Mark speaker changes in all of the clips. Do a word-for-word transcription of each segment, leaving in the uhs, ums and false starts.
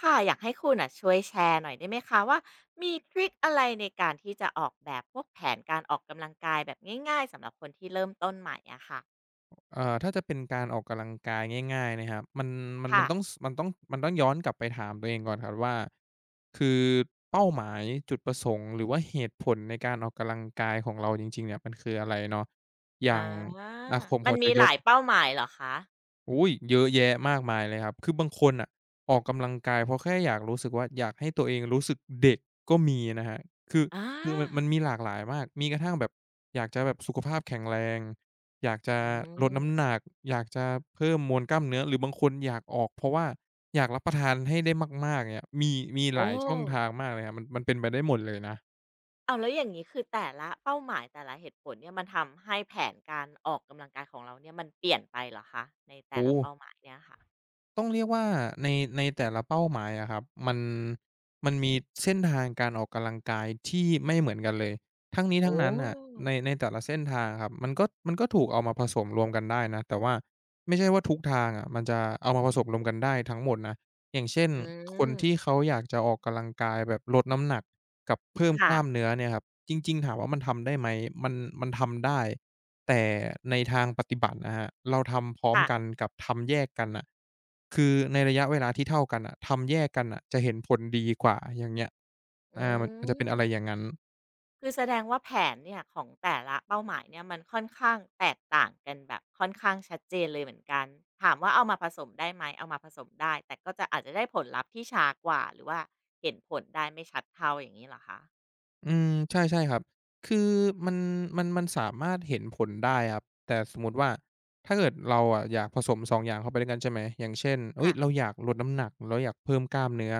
Speaker 1: ค่ะอยากให้คุณอ่ะช่วยแชร์หน่อยได้ไหมคะว่ามีทริกอะไรในการที่จะออกแบบพวกแผนการออกกำลังกายแบบง่ายๆสำหรับคนที่เริ่มต้นใหม่อะค่ะ
Speaker 2: เอ่อถ้าจะเป็นการออกกำลังกายง่ายๆนะครับมันมันมั
Speaker 1: ค่ะ
Speaker 2: นต้องสมันต้องมันต้องย้อนกลับไปถามตัวเองก่อนครับว่าคือเป้าหมายจุดประสงค์หรือว่าเหตุผลในการออกกำลังกายของเราจริงๆเนี่ยมันคืออะไรเนาะอย่า
Speaker 1: อ
Speaker 2: ง
Speaker 1: า
Speaker 2: อ่าผม
Speaker 1: มั
Speaker 2: ข
Speaker 1: น
Speaker 2: อจะ
Speaker 1: มี
Speaker 2: ย
Speaker 1: หลา
Speaker 2: ก
Speaker 1: ยเป้าหมายเหรอคะ
Speaker 2: อุ๊ยเยอะแยะมากมายเลยครับ คือบางคนน่ะออกกำลังกายเพราะแค่อยากรู้สึกว่าอยากให้ตัวเองรู้สึกเด็กก็มีนะครับคือ
Speaker 1: อา
Speaker 2: คือมันมันมีหลากหลายมากมีกระทั่งแบบอยากจะแบบสุขภาพแข็งแรงอยากจะ
Speaker 1: อื
Speaker 2: ลดน้ำห
Speaker 1: ม
Speaker 2: นักอยากจะเพิ่มมวลกล้ามเนื้อหรือบางคนอยากออกเพราะว่าอยากรับประทานให้ได้มากๆเงี้ยมีมีห
Speaker 1: โอ้
Speaker 2: ลายช่องทางมากเลยครับมันมันเป็นไปได้หมดเลยนะ
Speaker 1: เอาแล้วอย่างนี้คือแต่ละเป้าหมายแต่ละเหตุผลเนี่ยมันทำให้แผนการออกกำลังกายของเราเนี่ยมันเปลี่ยนไปเหรอคะในแต่ละ
Speaker 2: โอ้โฮ
Speaker 1: เป้าหมายเนี่ยค่ะ
Speaker 2: ต้องเรียกว่าในในแต่ละเป้าหมายอะครับมันมันมีเส้นทางการออกกำลังกายที่ไม่เหมือนกันเลยทั้งนี้ทั้ง
Speaker 1: โอ้
Speaker 2: นั้นน่ะในในแต่ละเส้นทางครับมันก็มันก็ถูกเอามาผสมรวมกันได้นะแต่ว่าไม่ใช่ว่าทุกทางอะมันจะเอามาผสมรวมกันได้ทั้งหมดนะอย่างเช่น
Speaker 1: อื
Speaker 2: คนที่
Speaker 1: ม
Speaker 2: เขาอยากจะออกกำลังกายแบบลดน้ำหนักกับเพิ่มก
Speaker 1: ค่ะ
Speaker 2: ล้ามเนื้อเนี่ยครับจริงๆถามว่ามันทำได้ไหมมันมันทำได้ แต่ในทางปฏิบัตินะครับเราทำพร้อม
Speaker 1: ค่ะ
Speaker 2: กันกับทำแยกกันน่ะคือในระยะเวลาที่เท่ากันน่ะทำแยกกันน่ะจะเห็นผลดีกว่าอย่างเงี้ย
Speaker 1: อื
Speaker 2: อามันมันจะเป็นอะไรอย่าง
Speaker 1: ม
Speaker 2: งั้น
Speaker 1: คือแสดงว่าแผนเนี่ยของแต่ละเป้าหมายเนี่ยมันค่อนข้างแตกต่างกันแบบค่อนข้างชัดเจนเลยเหมือนกันถามว่าเอามาผสมได้ไหมเอามาผสมได้แต่ก็จะอาจจะได้ผลลัพธ์ที่ช้ากว่าหรือว่าเห็นผลได้ไม่ชัดเท่าอย่างนี้เหรอคะ
Speaker 2: อืมใช่ใช่ครับคือมันมันมันสามารถเห็นผลได้ครับแต่สมมุติว่าถ้าเกิดเราอะอยากผสมสองอย่างเข้าไปด้วยกันใช่ไหมอย่างเช่นเฮ้ย
Speaker 1: ค่ะ
Speaker 2: เราอยากลดน้ำหนักเราอยากเพิ่มกล้ามเนื้อ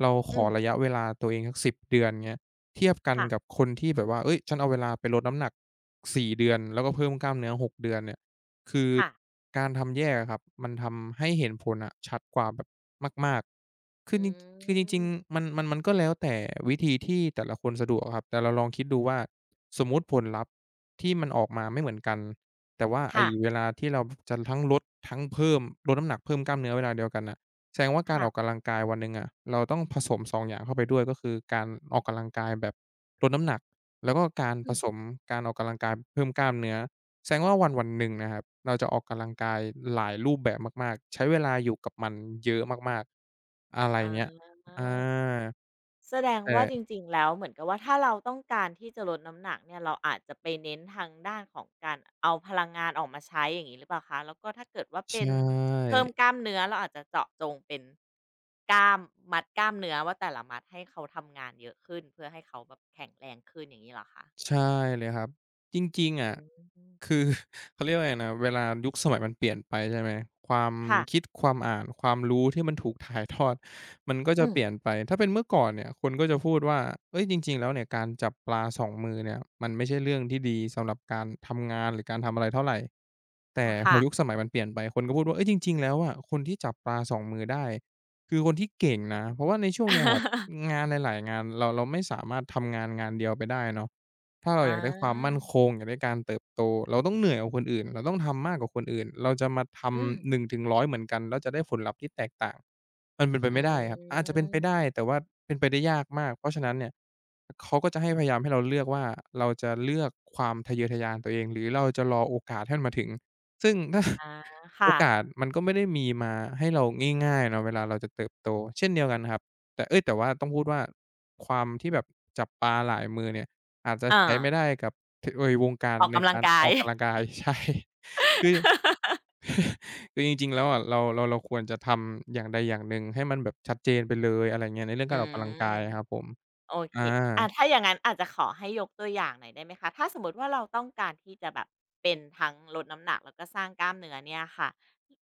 Speaker 2: เราข
Speaker 1: อื
Speaker 2: อ
Speaker 1: ม
Speaker 2: ระยะเวลาตัวเองสักสิบเดือนเงี้ยเทียบกัน
Speaker 1: ค่ะ
Speaker 2: กับคนที่แบบว่าเฮ้ยฉันเอาเวลาไปลดน้ำหนักสี่เดือนแล้วก็เพิ่มกล้ามเนื้อหกเดือนเนี่ยคือ
Speaker 1: ค่ะ
Speaker 2: การทำแยกอะครับมันทำให้เห็นผลอะชัดกว่าแบบ มากๆคื
Speaker 1: อื
Speaker 2: อจริงคือจริง
Speaker 1: ม
Speaker 2: ๆมันมันมันก็แล้วแต่วิธีที่แต่ละคนสะดวกอะครับแต่เราลองคิดดูว่าสมมุติผลลัพธ์ที่มันออกมาไม่เหมือนกันแต่ว่าไอ้
Speaker 1: ค่ะ
Speaker 2: เวลาที่เราจะทั้งลดทั้งเพิ่มลดน้ำหนักเพิ่มกล้ามเนื้อเวลาเดียวกันน่ะแสดงว่าการ
Speaker 1: ค่ะ
Speaker 2: ออกกำลังกายวันหนึ่งอะเราต้องผสมสององอย่างเข้าไปด้วยก็คือการออกกำลังกายแบบลดน้ำหนักแล้วก็การ
Speaker 1: อื
Speaker 2: ผ
Speaker 1: ม
Speaker 2: สมการออกกำลังกายเพิ่มกล้ามเนื้อ แสดงว่าวันวันหนึ่งนะครับเราจะออกกำลังกายหลายรูปแบบมากๆใช้เวลาอยู่กับมันเยอะมากๆอะไร
Speaker 1: อ
Speaker 2: เงี้ยอ
Speaker 1: า
Speaker 2: า
Speaker 1: แสดง
Speaker 2: แต่
Speaker 1: ว่าจริงๆ แล้วเหมือนกับว่าถ้าเราต้องการที่จะลดน้ำหนักเนี่ยเราอาจจะไปเน้นทางด้านของการเอาพลังงานออกมาใช้อย่างนี้หรือเปล่าคะแล้วก็ถ้าเกิดว่าเป็น
Speaker 2: ใช่
Speaker 1: เพิ่มกล้ามเนื้อเราอาจจะเจาะจงเป็นกล้ามมัดกล้ามเนื้อว่าแต่ละมัดให้เขาทำงานเยอะขึ้นเพื่อให้เขาแบบแข็งแรงขึ้นอย่างนี้เหรอคะ
Speaker 2: ใช่เลยครับจริงๆอะ
Speaker 1: อืม
Speaker 2: คือ เขาเรียกว่าไงนะเวลายุคสมัยมันเปลี่ยนไปใช่ไหมความ
Speaker 1: ค่ะ
Speaker 2: คิดความอ่านความรู้ที่มันถูกถ่ายทอดมันก็จะ
Speaker 1: อืม
Speaker 2: เปลี่ยนไปถ้าเป็นเมื่อก่อนเนี่ยคนก็จะพูดว่าเอ้ยจริงๆแล้วเนี่ยการจับปลาสองมือเนี่ยมันไม่ใช่เรื่องที่ดีสำหรับการทำงานหรือการทำอะไรเท่าไหร่แต่
Speaker 1: ค่ะ
Speaker 2: พอ
Speaker 1: ค่ะ
Speaker 2: ยุคสมัยมันเปลี่ยนไปคนก็พูดว่าเอ้ยจริงๆแล้วอะคนที่จับปลาสองมือได้คือคนที่เก่งนะเพราะว่าในช่วงเนี้ยครับ งานหลายๆงานเราเราไม่สามารถทำงานงานเดียวไปได้เนาะ ถ้าเราอ
Speaker 1: อา
Speaker 2: ยากได้ความมั่นคงอยากได้การเติบโตเราต้องเหนื่อยกว่าคนอื่นเราต้องทำมากกว่าคนอื่นเราจะมาท
Speaker 1: อืม
Speaker 2: ำหนึ่งถึงหนึ่งร้อยเหมือนกันแล้วจะได้ผลลัพธ์ที่แตกต่างมันเป็นไป
Speaker 1: อื
Speaker 2: ไม่ได้ครับอาจจะเป็นไปได้
Speaker 1: ม
Speaker 2: แต่ว่าเป็นไปได้ยากมากเพราะฉะนั้นเนี่ยเขาก็จะให้พยายามให้เราเลือกว่าเราจะเลือกความทะเยอทะยานตัวเองหรือเราจะรอโอกาสให้มันมาถึงซึ่ง ถ้า
Speaker 1: อา
Speaker 2: โอ
Speaker 1: ค่ะ
Speaker 2: กาสมันก็ไม่ได้มีมาให้เราง่ายๆเนาะเวลาเราจะเติบโตเช่นเดียวกันครับแต่เอ๊ยแต่ว่าต้องพูดว่าความที่แบบจับปลาหลายมือเนี่ย อาจจะ
Speaker 1: อา
Speaker 2: ใช้ไม่ได้กับทเอยวงการ
Speaker 1: ออก
Speaker 2: ใน
Speaker 1: กำลัง
Speaker 2: การ
Speaker 1: กา
Speaker 2: อ
Speaker 1: ย
Speaker 2: อกกำลังกาย ใช่คือ คือจริงๆแล้วอะเราเราเราควรจะทำอย่างใดอย่างหนึ่งให้มันแบบชัดเจนไปเลยอะไรเงี้ยในเรื่องกา
Speaker 1: อื
Speaker 2: รออกกำลังกา
Speaker 1: ม
Speaker 2: ยอะครับผม
Speaker 1: โอเค
Speaker 2: อา
Speaker 1: อ่าถ้าอย่างนั้นอาจจะขอให้ยกตัวอย่างหน่อยได้ไหมคะ ถ้าสมมุติว่าเราต้องการที่จะแบบเป็นทั้งลดน้ำหนักแล้วก็สร้างกล้ามเนื้อเนี่ยค่ะ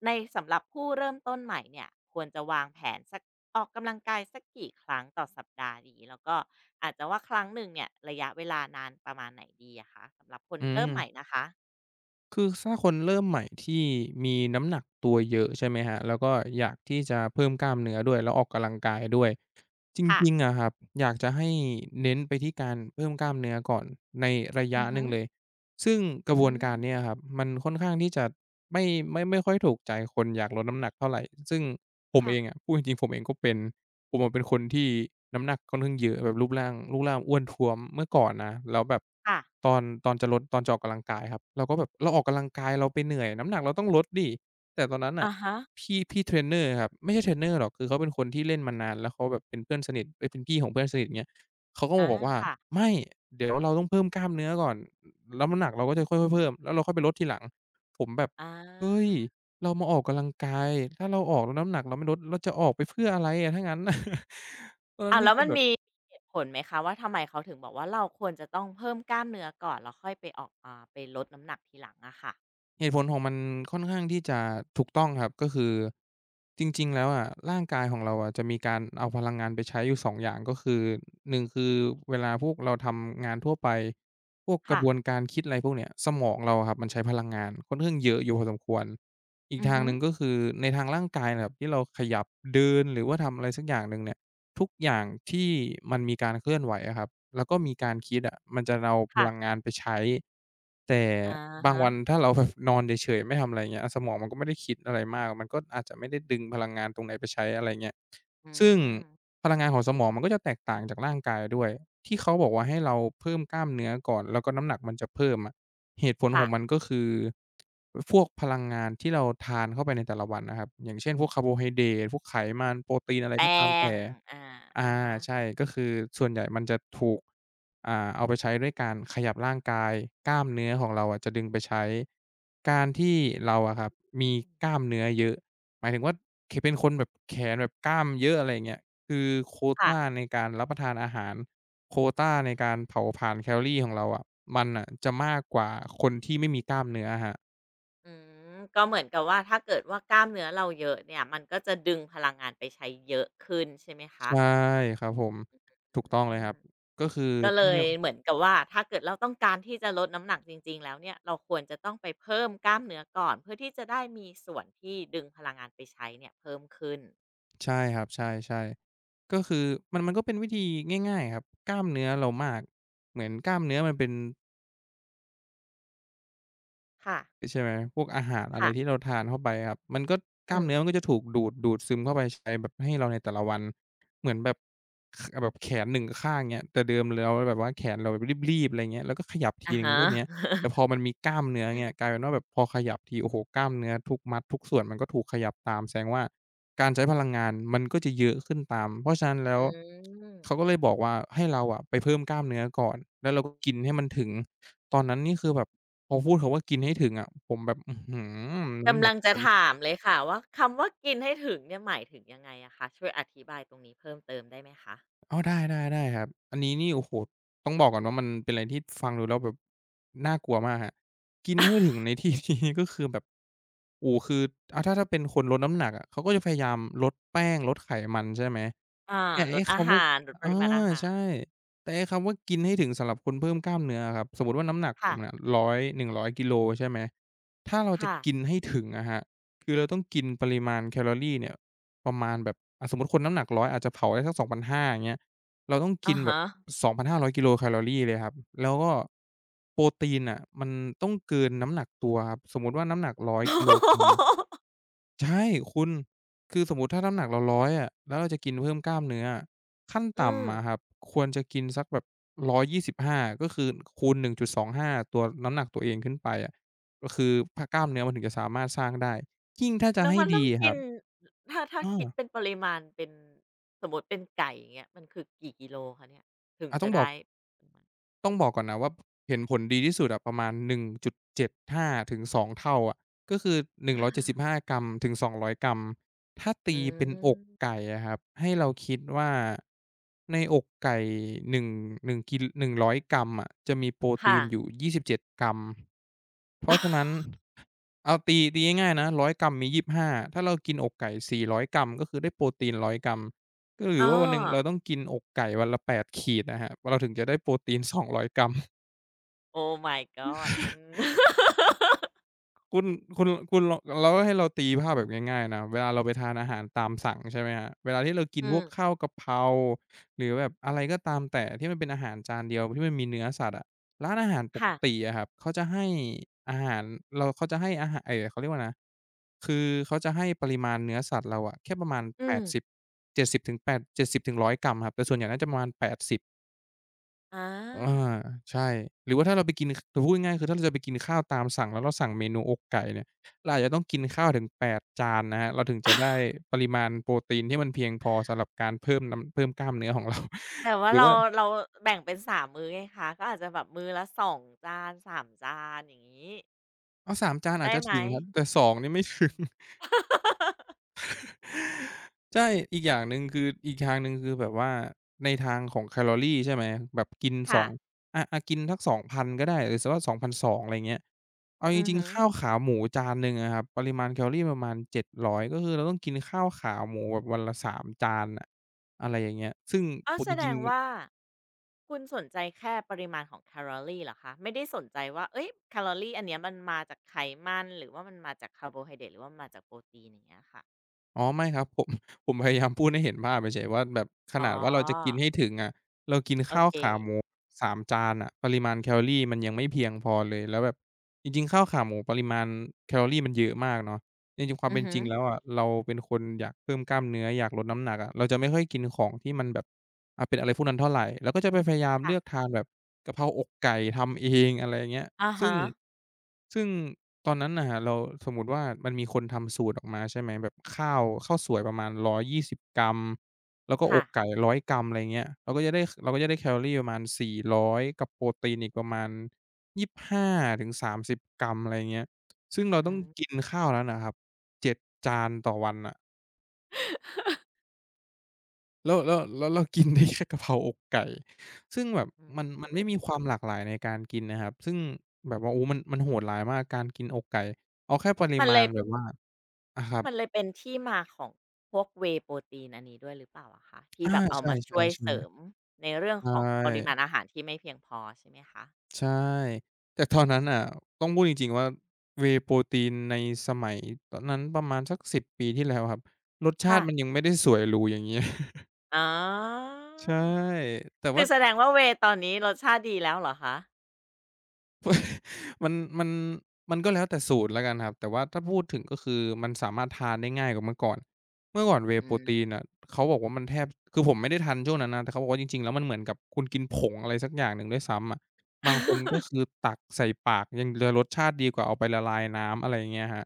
Speaker 1: ในสำหรับผู้เริ่มต้นใหม่เนี่ยควรจะวางแผนสักออกกำลังกายสักกี่ครั้งต่อสัปดาห์ดีแล้วก็อาจจะว่าครั้งหนึ่งเนี่ยระยะเวลานานประมาณไหนดีอะคะสำหรับคน
Speaker 2: อื
Speaker 1: เริ่มใหม่
Speaker 2: ม
Speaker 1: นะคะ
Speaker 2: คือถ้าคนเริ่มใหม่ที่มีน้ำหนักตัวเยอะใช่ไหมครับแล้วก็อยากที่จะเพิ่มกล้ามเนื้อด้วยแล้วออกกำลังกายด้วยจ
Speaker 1: ค่ะ
Speaker 2: ริงๆอะครับอยากจะให้เน้นไปที่การเพิ่มกล้ามเนื้อก่อนในระ
Speaker 1: อื
Speaker 2: ยะ
Speaker 1: อ
Speaker 2: ห
Speaker 1: ฮึ
Speaker 2: นึ่งเลยซึ่งกระบ
Speaker 1: อื
Speaker 2: วนกา
Speaker 1: ม
Speaker 2: รเนี้ยครับมันค่อนข้างที่จะไม่ไม่ไม่ค่อยถูกใจคนอยากลดน้ำหนักเท่าไรซึ่งผม
Speaker 1: ค่ะ
Speaker 2: เองอะพูดจริงๆผมเองก็เป็น ผมอะเป็นคนที่น้ำหนักค่อนข้างเยอะแบบรูปร่างรูปร่างอ้วนท้วมเมื่อก่อนนะแล้วแบบ
Speaker 1: ค่ะ
Speaker 2: ตอนตอนจะลดตอนจะออกกำลังกายครับเราก็แบบเราออกกำลังกายเราไปเหนื่อยน้ำหนักเราต้องลดดิแต่ตอนนั้นน่ะ
Speaker 1: อะฮะ
Speaker 2: พี่พี่เทรนเนอร์ครับไม่ใช่เทรนเนอร์หรอกคือเขาเป็นคนที่เล่นมานานแล้วเขาแบบเป็นเพื่อนสนิทเอ๊ยเป็นพี่ของเพื่อนสนิทเงี้ยเขาก็มา
Speaker 1: อา
Speaker 2: บอกว่า
Speaker 1: ค่ะ
Speaker 2: ไม่เดี๋ยวเราต้องเพิ่มกล้ามเนื้อก่อนแล้วน้ำหนักเราก็จะค่อยๆเพิ่มแล้วเราค่อยไปลดทีหลังผมแบบ
Speaker 1: อ
Speaker 2: เฮ้ย
Speaker 1: า
Speaker 2: เรามาออกกำลังกาย ถ้าเราออกแล้วน้ำหนักเราไม่ลดเราจะออกไปเพื่ออะไรอะถ้างั้น เอนนน
Speaker 1: อ่ะ
Speaker 2: นี่
Speaker 1: แล้ว
Speaker 2: คือ
Speaker 1: มัน
Speaker 2: แบบ
Speaker 1: มีเหตุผลไหมคะว่าทำไมเขาถึงบอกว่าเราควรจะต้องเพิ่มกล้ามเนื้อก่อนแล้วค่อยไปออกอ่าไปลดน้ำหนักทีหลังอะค่ะ
Speaker 2: เหตุผลของมันค่อนข้างที่จะถูกต้องครับก็คือจริงๆแล้วอะร่างกายของเราอะจะมีการเอาพลังงานไปใช้อยู่สององอย่างก็คือหนึ่งคือเวลาพวกเราทำงานทั่วไปพวกก
Speaker 1: ค่ะ
Speaker 2: ระบวนการคิดอะไรพวกเนี้ยสมองเราอะครับมันใช้พลังงานค่อนข้างเยอะอยู่พอสมควรอีก
Speaker 1: อือ
Speaker 2: ทาง
Speaker 1: ฮึ
Speaker 2: หนึ่งก็คือในทางร่างกายน่ะครับที่เราขยับเดินหรือว่าทำอะไรสักอย่างหนึ่งเนี่ย ทุกอย่างที่มันมีการเคลื่อนไหวอะครับแล้วก็มีการคิดอะมันจะเอาพลัง
Speaker 1: ค่ะ
Speaker 2: งานไปใช้ แต่
Speaker 1: อา
Speaker 2: บาง
Speaker 1: ฮะ
Speaker 2: วันถ้าเราแบบนอนเฉยๆไม่ทำอะไรเงี้ยสมองมันก็ไม่ได้คิดอะไรมาก มันก็อาจจะไม่ได้ดึงพลังงานตรงไหนไปใช้อะไรเงี้ย
Speaker 1: อื
Speaker 2: ซึ่ง
Speaker 1: ม
Speaker 2: พลังงานของสมองมันก็จะแตกต่างจากร่างกายด้วย ที่เขาบอกว่าให้เราเพิ่มกล้ามเนื้อก่อนแล้วก็น้ำหนักมันจะเพิ่มอะเหตุผลข
Speaker 1: ค่ะ
Speaker 2: องมันก็คือพวกพลังงานที่เราทานเข้าไปในแต่ละวันนะครับอย่างเช่นพวกคาร์โบไฮเดรตพวกไขมันโปรตีนอะไรก็
Speaker 1: แป้
Speaker 2: ตาม
Speaker 1: ง
Speaker 2: แต่
Speaker 1: อา
Speaker 2: อา
Speaker 1: อาฮะ
Speaker 2: ใช่ก็คือส่วนใหญ่มันจะถูกอ่าเอาไปใช้ด้วยการขยับร่างกายกล้ามเนื้อของเราอะจะดึงไปใช้การที่เราอะครับ
Speaker 1: อืม
Speaker 2: มีกล้ามเนื้อเยอะหมายถึงว่าเคเป็นคนแบบแขนแบบกล้ามเยอะอะไรอย่างเงี้ยคือโคว
Speaker 1: ค่ะ
Speaker 2: ตาในการรับประทานอาหารโควตาในการเผาผลาญแคลอรีของเราอะมันน่ะจะมากกว่าคนที่ไม่มีกล้ามเนื้ออะครับ
Speaker 1: อืมก็เหมือนกับว่าถ้าเกิดว่ากล้ามเนื้อเราเยอะเนี่ยมันก็จะดึงพลังงานไปใช้เยอะขึ้นใช่ไหมคะ
Speaker 2: ใช่ครับผมถูก
Speaker 1: อื
Speaker 2: ต้องเลยครั
Speaker 1: ม
Speaker 2: บก็คือ
Speaker 1: ก็เล
Speaker 2: ต้องเลื
Speaker 1: ย
Speaker 2: อก
Speaker 1: เหมือนกับว่าถ้าเกิดเราต้องการที่จะลดน้ำหนักจริงๆแล้วเนี่ยเราควรจะต้องไปเพิ่มกล้ามเนื้อก่อนเพื่อที่จะได้มีส่วนที่ดึงพลังงานไปใช้เนี่ยเพิ่มขึ้น
Speaker 2: ใช่ครับใช่ๆก็คือมันมันก็เป็นวิธีง่ายๆครับกล้ามเนื้อเรามากเหมือนกล้ามเนื้อมันเป็น
Speaker 1: ค่ะ
Speaker 2: ใช่ไหมพวกอาหารอะไรที่
Speaker 1: ค่ะ
Speaker 2: เราทานเข้าไปครับมันก็ก
Speaker 1: อื
Speaker 2: ล้ามเนื้อมั
Speaker 1: ม
Speaker 2: นก็จะถูกดูดดูดซึมเข้าไปใช้แบบให้เราในแต่ละวันเหมือนแบบขแบบแขนหนึ่งข้างเงี้ยแต่เดิมเราแบบว่าแขนเราแบบรีบๆอะไรเงี้ยแล้วก็ขยับที
Speaker 1: อะ
Speaker 2: หนึ่ง
Speaker 1: ฮะ
Speaker 2: ก็เนี้ย แต่พอ มันมีกล้ามเนื้อเงี้ยกลายเป็นว่าแบบพอขยับทีโอ้โฮกล้ามเนื้อทุกมัดทุกส่วนมันก็ถูกขยับตามแสดงว่าการใช้พลังงานมันก็จะเยอะขึ้นตามเพราะฉะนั้นแล้
Speaker 1: อื
Speaker 2: วเขาก็
Speaker 1: ม
Speaker 2: เลยบอกว่าให้เราอะไปเพิ่มกล้ามเนื้อก่อนแล้วเราก็กินให้มันถึงตอนนั้นนี่คือแบบพอพูดคำว่ากินให้ถึงอะผมแบบอื้อฮือน้ำห
Speaker 1: กำ
Speaker 2: นั
Speaker 1: ลั
Speaker 2: ก
Speaker 1: งจะถามเลยค่ะว่าคำว่ากินให้ถึงเนี่ยหมายถึงยังไงอะคะช่วยอธิบายตรงนี้เพิ่มเติมได้ไหมคะ
Speaker 2: อ้อได้ได้ได้ครับอันนี้นี่โอ้โฮต้องบอกก่อนว่ามันเป็นอะไรที่ฟังดูแล้วแบบน่ากลัวมากครับกินให้ถึง ในที่ ที่ก็คือแบบโอ้โฮคืออาถ้าถ้าเป็นคนลดน้ำหนักอะเขาก็จะพยายามลดแป้งลดไขมันใช่ไหม
Speaker 1: อา
Speaker 2: แต่
Speaker 1: ล
Speaker 2: ไอ้
Speaker 1: ดอา
Speaker 2: คำว่า
Speaker 1: หารลดป
Speaker 2: อา
Speaker 1: ริมาณอาหา
Speaker 2: ใช่
Speaker 1: ร
Speaker 2: แต่ไอ้คำว่ากินให้ถึงสำหรับคนเพิ่มกล้ามเนื้ออะครับสมมุติว่าน้ำหนักผ
Speaker 1: ค่ะ
Speaker 2: มเนี่ย100้อยหนึ่งร้อยกิโลใช่ไหมถ้าเราจะ
Speaker 1: ค่ะ
Speaker 2: กินให้ถึงอะครับคือเราต้องกินปริมาณแคลอรีเนี่ยประมาณแบบอะสมมุติคนน้ำหนักร้อยอาจจะเผาได้สักสองพันห้าอย่างเงี้ยเราต้องกิ
Speaker 1: อะ
Speaker 2: นแบบ
Speaker 1: ฮะ
Speaker 2: สองพันห้าร้อยกิโลแคลอรีเลยครับแล้วก็โปรตีนน่ะมันต้องเกินน้ำหนักตัวครับสมมุติว่าน้ำหนักร้ศูนย์ ศูนย์กิโลกรัม ใช่คุณ คือสมมุติถ้าน้ำหนักเราหนึ่งร้อยอยอะแล้วเราจะกินเพิ่มกล้ามเนื้ออะขั้น
Speaker 1: อืม
Speaker 2: ต่ำอะครับควรจะกินสักแบบหนึ่งร้อยยี่สิบห้า ก็คือคูณหนึ่งจุดสองห้า ตัวน้ำหนักตัวเองขึ้นไปอะก็คือพกล้ามเนื้อมันถึงจะสามารถสร้างได้ยิ่งถ้าจะ
Speaker 1: แล้ว
Speaker 2: ให้
Speaker 1: มันต้อ
Speaker 2: ดี
Speaker 1: ง
Speaker 2: อะค
Speaker 1: กิน
Speaker 2: รับ
Speaker 1: ถ้าถ้า
Speaker 2: เออ
Speaker 1: คิดเป็นปริมาณเป็นสมมติเป็นไก่อย่างเงี้ยมันคือกี่กิโลคะเนี่ยถึง
Speaker 2: อาต้
Speaker 1: จะ
Speaker 2: องบอ
Speaker 1: ได้
Speaker 2: ก ต้องบอกก่อนนะว่าเห็นผลดีที่สุดอะประมาณหนึ่งจุดเจ็ดห้าถึงสองเท่าอะก็คือหนึ่งร้อยเจ็ดสิบห้ากรัมถึงสองร้อยกรัมถ้า
Speaker 1: อื
Speaker 2: ตีเป็นอกไก่
Speaker 1: ม
Speaker 2: อะครับให้เราคิดว่าในอกไก่หนึ่งงหนึ่งกิหนึ่งร้ศูนย์ ศูนย์กรัมอะจะมีโปรตี
Speaker 1: ค่ะ
Speaker 2: นอยู่ยี่สิบเจ็ดกรัมเพราะฉะนั้น เอาตีตีง่ายๆนะหนึ่งร้อยกรัมมียี่สิบห้าถ้าเรากินอกไก่สี่ร้อยกรัมก็คือได้โปรตีนหนึ่งร้อยกรัม ก็หรื
Speaker 1: อ้
Speaker 2: อ
Speaker 1: อ
Speaker 2: ว่าวันหนึ่งเราต้องกินอกไก่วันละแปดขีดนะครับเราถึงจะได้โปรตีนสองร้อยกรัม
Speaker 1: Oh my god อืม
Speaker 2: คุณคุณคุณลองแล้วให้เราตีภาพแบบง่ายๆนะเวลาเราไปทานอาหารตามสั่งใช่ไหมครับเวลาที่เรากิน
Speaker 1: อื
Speaker 2: พ
Speaker 1: ม
Speaker 2: วกข้าวกะเพราหรือแบบอะไรก็ตามแต่ที่มันเป็นอาหารจานเดียวที่มันมีเนื้อสัตว์อะร้านอาหารปก
Speaker 1: ค่ะ
Speaker 2: ติอะครับเขาจะให้อาหารเราเขาจะให้อาหารเอ่อเขาเรียกว่านะคือเขาจะให้ปริมาณเนื้อสัตว์เราอะแค่ประมาณ
Speaker 1: อื
Speaker 2: แป
Speaker 1: ม
Speaker 2: ดสเจ็ดสิบถึงแปดเจ็ดสิบถึงหนึ่งร้อยกรัมครับแต่ส่วนใหญ่น่าจะประมาณแปดสิบ
Speaker 1: อา
Speaker 2: อาใช่หรือว่าถ้าเราไปกินคคือพูดง่ายๆคือถ้าเราจะไปกินข้าวตามสั่งแล้วเราสั่งเมนูอกไก่เนี่ยเราอาจจะต้องกินข้าวถึงแปดจานนะครับเราถึงจะได้ปริมาณโปรตีนที่มันเพียงพอสำหรับการเพิ่มน้ำเพิ่มกล้ามเนื้อของเรา
Speaker 1: แต่ ว่า
Speaker 2: หรือ
Speaker 1: เรา
Speaker 2: ว่า
Speaker 1: เราแบ่งเป็นสามมื้อไงคะก็อาจจะแบบมื้อละสองจานสามจานอย่างงี้
Speaker 2: อ้าวสามจานอา
Speaker 1: ได้
Speaker 2: จจะ
Speaker 1: ไหม
Speaker 2: ถึงครับแต่สองนี่ไม่ถึง ใช่อีกอย่างหนึ่งคืออีกทางหนึ่งคือแบบว่าในทางของแคลอรีใช่ไหมแบบกินสอ
Speaker 1: ค่ะ
Speaker 2: งอะอะกินสักสองพันก็ได้หรือสักว่าสองพันสองอะไรเงี้ยเอาจ
Speaker 1: อือ
Speaker 2: ริง
Speaker 1: ฮึ
Speaker 2: ๆข้าวขาหมูจานหนึ่งอะครับปริมาณแคลอรีประมาณเจ็ดร้อยก็คือเราต้องกินข้าวขาหมูแบบวันละสามจานน่ะอะไรอย่างเงี้ยซึ่ง
Speaker 1: อ้า
Speaker 2: ป
Speaker 1: วแส
Speaker 2: จ
Speaker 1: ด
Speaker 2: ริง
Speaker 1: งว่า
Speaker 2: ๆ
Speaker 1: คุณสนใจแค่ปริมาณของแคลอรีเหรอคะไม่ได้สนใจว่าเฮ้ยแคลอรีอันเนี้ยมันมาจากไขมันหรือว่ามันมาจากคาร์โบไฮเดรตหรือว่ามันมาจากโปรตีนอย่างเงี้ยค่ะ
Speaker 2: อ๋อไม่ครับผม ผมพยายามพูดให้เห็นภาพเฉยๆว่าแบบข
Speaker 1: อ๋
Speaker 2: นาดว่าเราจะกิน
Speaker 1: อ
Speaker 2: ให้ถึงอะเรากิน
Speaker 1: โอ
Speaker 2: ข้าว
Speaker 1: เค
Speaker 2: ขาหมูสามจานน่ะปริมาณแคลอรีมันยังไม่เพียงพอเลยแล้วแบบจริงๆข้าวขาหมูปริมาณแคลอรีมันเยอะมากเนาะจริงๆความ
Speaker 1: อือ
Speaker 2: เป็น
Speaker 1: ฮึ
Speaker 2: จริงแล้วอะเราเป็นคนอยากเพิ่มกล้ามเนื้ออยากลดน้ำหนักอะเราจะไม่ค่อยกินของที่มันแบบอ่าเป็นอะไรพวกนั้นเท่าไรเราก็จะไปพยายามเลือก
Speaker 1: ค่ะ
Speaker 2: ทานแบบกะเพราอกไก่ทำเองอะไรอย่างเงี้ย
Speaker 1: อะ
Speaker 2: ซึ่ง
Speaker 1: ฮะ
Speaker 2: ซึ่งตอนนั้นน่ะครับเราสมมุติว่ามันมีคนทำสูตรออกมาใช่ไหมแบบข้าวข้าวสวยประมาณหนึ่งร้อยยี่สิบกรัมแล้วก็อ
Speaker 1: ค่ะ
Speaker 2: กไก่หนึ่งร้อยกรัมอะไรเงี้ยเราก็จะได้เราก็จะได้แคลอรีประมาณสี่ร้อยกับโปรตีนอีกประมาณยี่สิบห้าถึงสามสิบกรัมอะไรเงี้ยซึ่งเรา
Speaker 1: อื
Speaker 2: ต้องกิ
Speaker 1: ม
Speaker 2: นข้าวนั้นน่ะครับเจ็ดจดจานต่อวันน่ะ แล้วแล้วแล้วเรากินได้แค่กะเพราอกไก่ซึ่งแบบ
Speaker 1: อื
Speaker 2: มัน
Speaker 1: ม
Speaker 2: มันไม่มีความหลากหลายในการกินนะครับซึ่งแบบว่าโอ้มันมันโหดร้ายมากการกินอกไก่เอาแค่ปริ
Speaker 1: มันเล
Speaker 2: มาณ
Speaker 1: ย
Speaker 2: แบบว่าอะครับ
Speaker 1: มันเลยเป็นที่มาของพวก Whey โปรตีนอันนี้ด้วยหรือเปล่าอะคะที่
Speaker 2: อา
Speaker 1: แบบเอา
Speaker 2: ใช่
Speaker 1: มาช่วย
Speaker 2: ๆๆ
Speaker 1: เสริม
Speaker 2: ใช
Speaker 1: ในเรื่องของปริมาณ
Speaker 2: ่
Speaker 1: อาหารที่ไม่เพียงพอใช่ไหมคะ
Speaker 2: ใช่แต่ตอน
Speaker 1: อื
Speaker 2: นั้
Speaker 1: ม
Speaker 2: นน่ะต้องพูดจริงๆว่า Whey Protein ในสมัยตอนนั้นประมาณสักสิบปีที่แล้วครับรสชา
Speaker 1: ค่ะ
Speaker 2: ติมันยังไม่ได้สวยหรูอย่างเงี้ย
Speaker 1: อ๋อ
Speaker 2: ใช่แต่
Speaker 1: คื
Speaker 2: ว่า
Speaker 1: อแสดงว่าเวย์ตอนนี้รสชาติดีแล้วเหรอคะ
Speaker 2: มันมันมันก็แล้วแต่สูตรแล้วกันครับแต่ว่าถ้าพูด
Speaker 1: อื
Speaker 2: ถึง
Speaker 1: ม
Speaker 2: ก็คือมันสามารถทานได้ง่ายกว่าเมื่อก่อนเมื่อก่อน Whey
Speaker 1: อืม
Speaker 2: Protein น่ะเขาบอกว่ามันแทบคือผมไม่ได้ทันช่วงนั้นนะแต่เขาบอกว่าจริงๆแล้วมันเหมือนกับคุณกินผงอะไรสักอย่างหนึ่งด้วยซ้ำอะบางคนก็ คือตักใส่ปากยังจะรสชาติดีกว่าเอาไปละลายน้ำอะไรอย่างเงี้ยครับ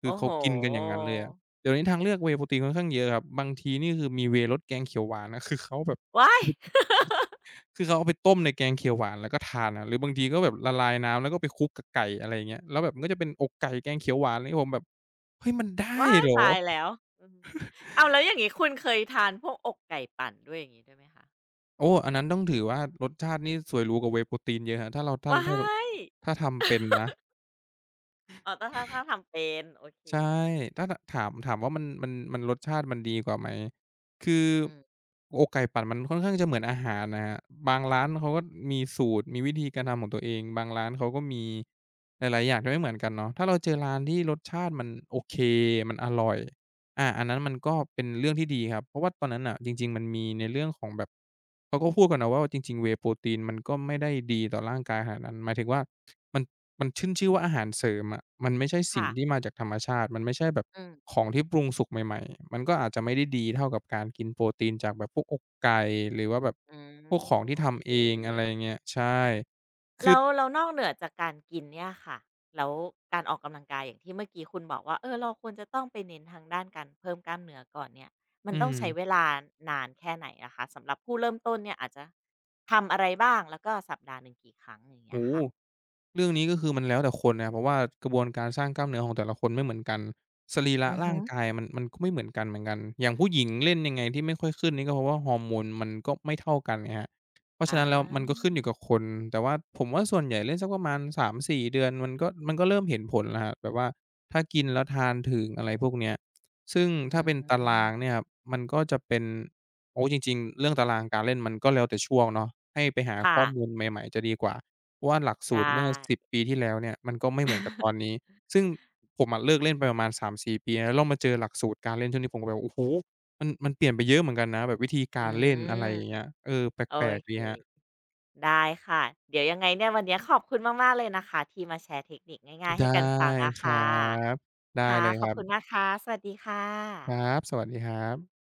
Speaker 2: คื
Speaker 1: โอ้
Speaker 2: อเขา
Speaker 1: โฮ
Speaker 2: กินกันอย่างงั้นเลยอะเดี๋ยวนี้ทางเลือก Whey Protein ค่อนข้างเยอะครับบางทีนี่คือมี Whey รสแกงเขียวหวานอะ คือเขาแบบ
Speaker 1: ว้าย
Speaker 2: คือเขาเอาไปต้มในแกงเขียวหวานแล้วก็ทานอะหรือบางทีก็แบบละลายน้ำแล้วก็ไปคลุกกับไก่อะไรอย่างเงี้ยแล้วแบบมันก็จะเป็นอกไก่แกงเขียวหวานอะไรงี้ผมแบบเฮ้ยมันได้
Speaker 1: ว้าย
Speaker 2: เหรอ
Speaker 1: ตายแล้วอืมอ้าวแล้วอย่างงี้คุณเคยทานพวกอกไก่ปั่นด้วยอย่างงี้ด้วยไหมคะ
Speaker 2: โอ้อันนั้นต้องถือว่ารสชาตินี่สวยหรูกว่า Whey โปรตีนเยอะครับถ้าเราถ้า
Speaker 1: ว้า
Speaker 2: ถ้า
Speaker 1: ย
Speaker 2: ถ้าทำเป็นนะ
Speaker 1: อ๋อถ้าถ้าถ้าทำเป็นโอเค
Speaker 2: ใช่ถ้าถถามถามว่ามันมันมันรสชาติมันดีกว่าไหมคือ
Speaker 1: อืม
Speaker 2: อกไก่ปั่นมันค่อนข้างจะเหมือนอาหารนะครับบางร้านเขาก็มีสูตรมีวิธีการทำของตัวเองบางร้านเขาก็มีหลายๆอย่างที่ไม่เหมือนกันเนาะถ้าเราเจอร้านที่รสชาติมันโอเคมันอร่อยอาอันนั้นมันก็เป็นเรื่องที่ดีครับเพราะว่าตอนนั้นน่ะจริงๆมันมีในเรื่องของแบบเขาก็พูดกันนะว่าจริงๆ Whey Protein มันก็ไม่ได้ดีต่อร่างกายขนาดนั้นหมายถึงว่ามัน มันขึ้นชื่อว่าอาหารเสริมอะมันไม่ใช่
Speaker 1: ๆ
Speaker 2: สิ่ง
Speaker 1: ค่ะ
Speaker 2: ที่มาจากธรรมชาติ มันไม่ใช่แบบ
Speaker 1: อืม
Speaker 2: ของที่ปรุงสุกใหม่ๆ มันก็อาจจะไม่ได้ดีเท่ากับการกินโปรตีนจากแบบพวกอกไก่หรือว่าแบบ
Speaker 1: อืมอ
Speaker 2: พวกขอ
Speaker 1: ม
Speaker 2: งที่
Speaker 1: โอเค
Speaker 2: ทำเองอะไรอย่างเงี้ยใช่ คือ
Speaker 1: แล้วแล้วนอกเหนือจากการกินเนี่ยค่ะแล้วการออกกำลังกายอย่างที่เมื่อกี้คุณบอกว่าเออเราควรจะต้องไปเน้นทางด้านการเพิ่มกล้ามเนื้อก่อนเนี่ยมัน
Speaker 2: อื
Speaker 1: ต้อง
Speaker 2: ม
Speaker 1: ใช้เวลานานแค่ไหนอะคะสำหรับผู้เริ่มต้นเนี่ยอาจจะทำอะไรบ้างแล้วก็สัปดาห์หนึ่งกี่ครั้งอย่างเงี้ย
Speaker 2: โอ้โฮ
Speaker 1: ค่ะ
Speaker 2: เรื่องนี้ก็คือมันแล้วแต่คนนะเพราะว่ากระบวนการสร้างกล้ามเนื้อของแต่ละคนไม่เหมือนกันสรีระ
Speaker 1: อือฮึ
Speaker 2: ร่างกายมันมันก็ไม่เหมือนกันเหมือนกันอย่างผู้หญิงเล่นยังไงที่ไม่ค่อยขึ้นนี่ก็เพราะว่าฮอร์โมนมันก็ไม่เท่ากันไงครับเพราะ
Speaker 1: อ
Speaker 2: ฉะนั้นแล้วมันก็
Speaker 1: า
Speaker 2: ขึ้นอยู่กับคนแต่ว่าผมว่าส่วนใหญ่เล่นสักประมาณสามสี่เดือนมันก็มันก็เริ่มเห็นผลแล้วครับแบบว่าถ้ากินแล้วทานถึงอะไรพวกเนี้ยซึ่ง
Speaker 1: อื
Speaker 2: ถ้าเป็นตาราง
Speaker 1: ม
Speaker 2: เนี่ยครับมันก็จะเป็นโอ้จริงๆเรื่องตารางการเล่นมันก็แล้วแต่ช่วงเนาะให้ไปหา
Speaker 1: ค่ะ
Speaker 2: ข้อมูลใหม่ๆจะดีกว่า เพราะว่าหลักสูตร
Speaker 1: ได้
Speaker 2: เมื่อสิบปีที่แล้วเนี่ยมันก็ไม่เหมือนกับตอนนี้ซึ่งผมอะเลิกเล่นไปประมาณ3่ปีนะแล้วเรามาเจอหลักสูตรการเล่นช่วงนี้ผมก็แบบโอ้โฮมันมันเปลี่ยนไปเยอะเหมือนกันนะแบบวิธี
Speaker 1: อื
Speaker 2: การเล่น
Speaker 1: ม
Speaker 2: อะไรอย่างเงี้ยเออแ
Speaker 1: โอ
Speaker 2: ปลกๆ
Speaker 1: เค
Speaker 2: ดีครับ
Speaker 1: ได้ค่ะเดี๋ยวยังไงเนี่ยวันเนี้ยขอบคุณมากๆเลยนะคะที่มาแชร์เทคนิคง่ายๆให้
Speaker 2: ได้
Speaker 1: กันฟังอะ
Speaker 2: ครั
Speaker 1: ค่ะ
Speaker 2: บได้
Speaker 1: ค่ะ
Speaker 2: เลย
Speaker 1: ข
Speaker 2: ค
Speaker 1: อบ
Speaker 2: รั
Speaker 1: คุณ
Speaker 2: บ
Speaker 1: นะคะสวัสดีค่
Speaker 2: ครับ
Speaker 1: ะ
Speaker 2: สวัสดีครับ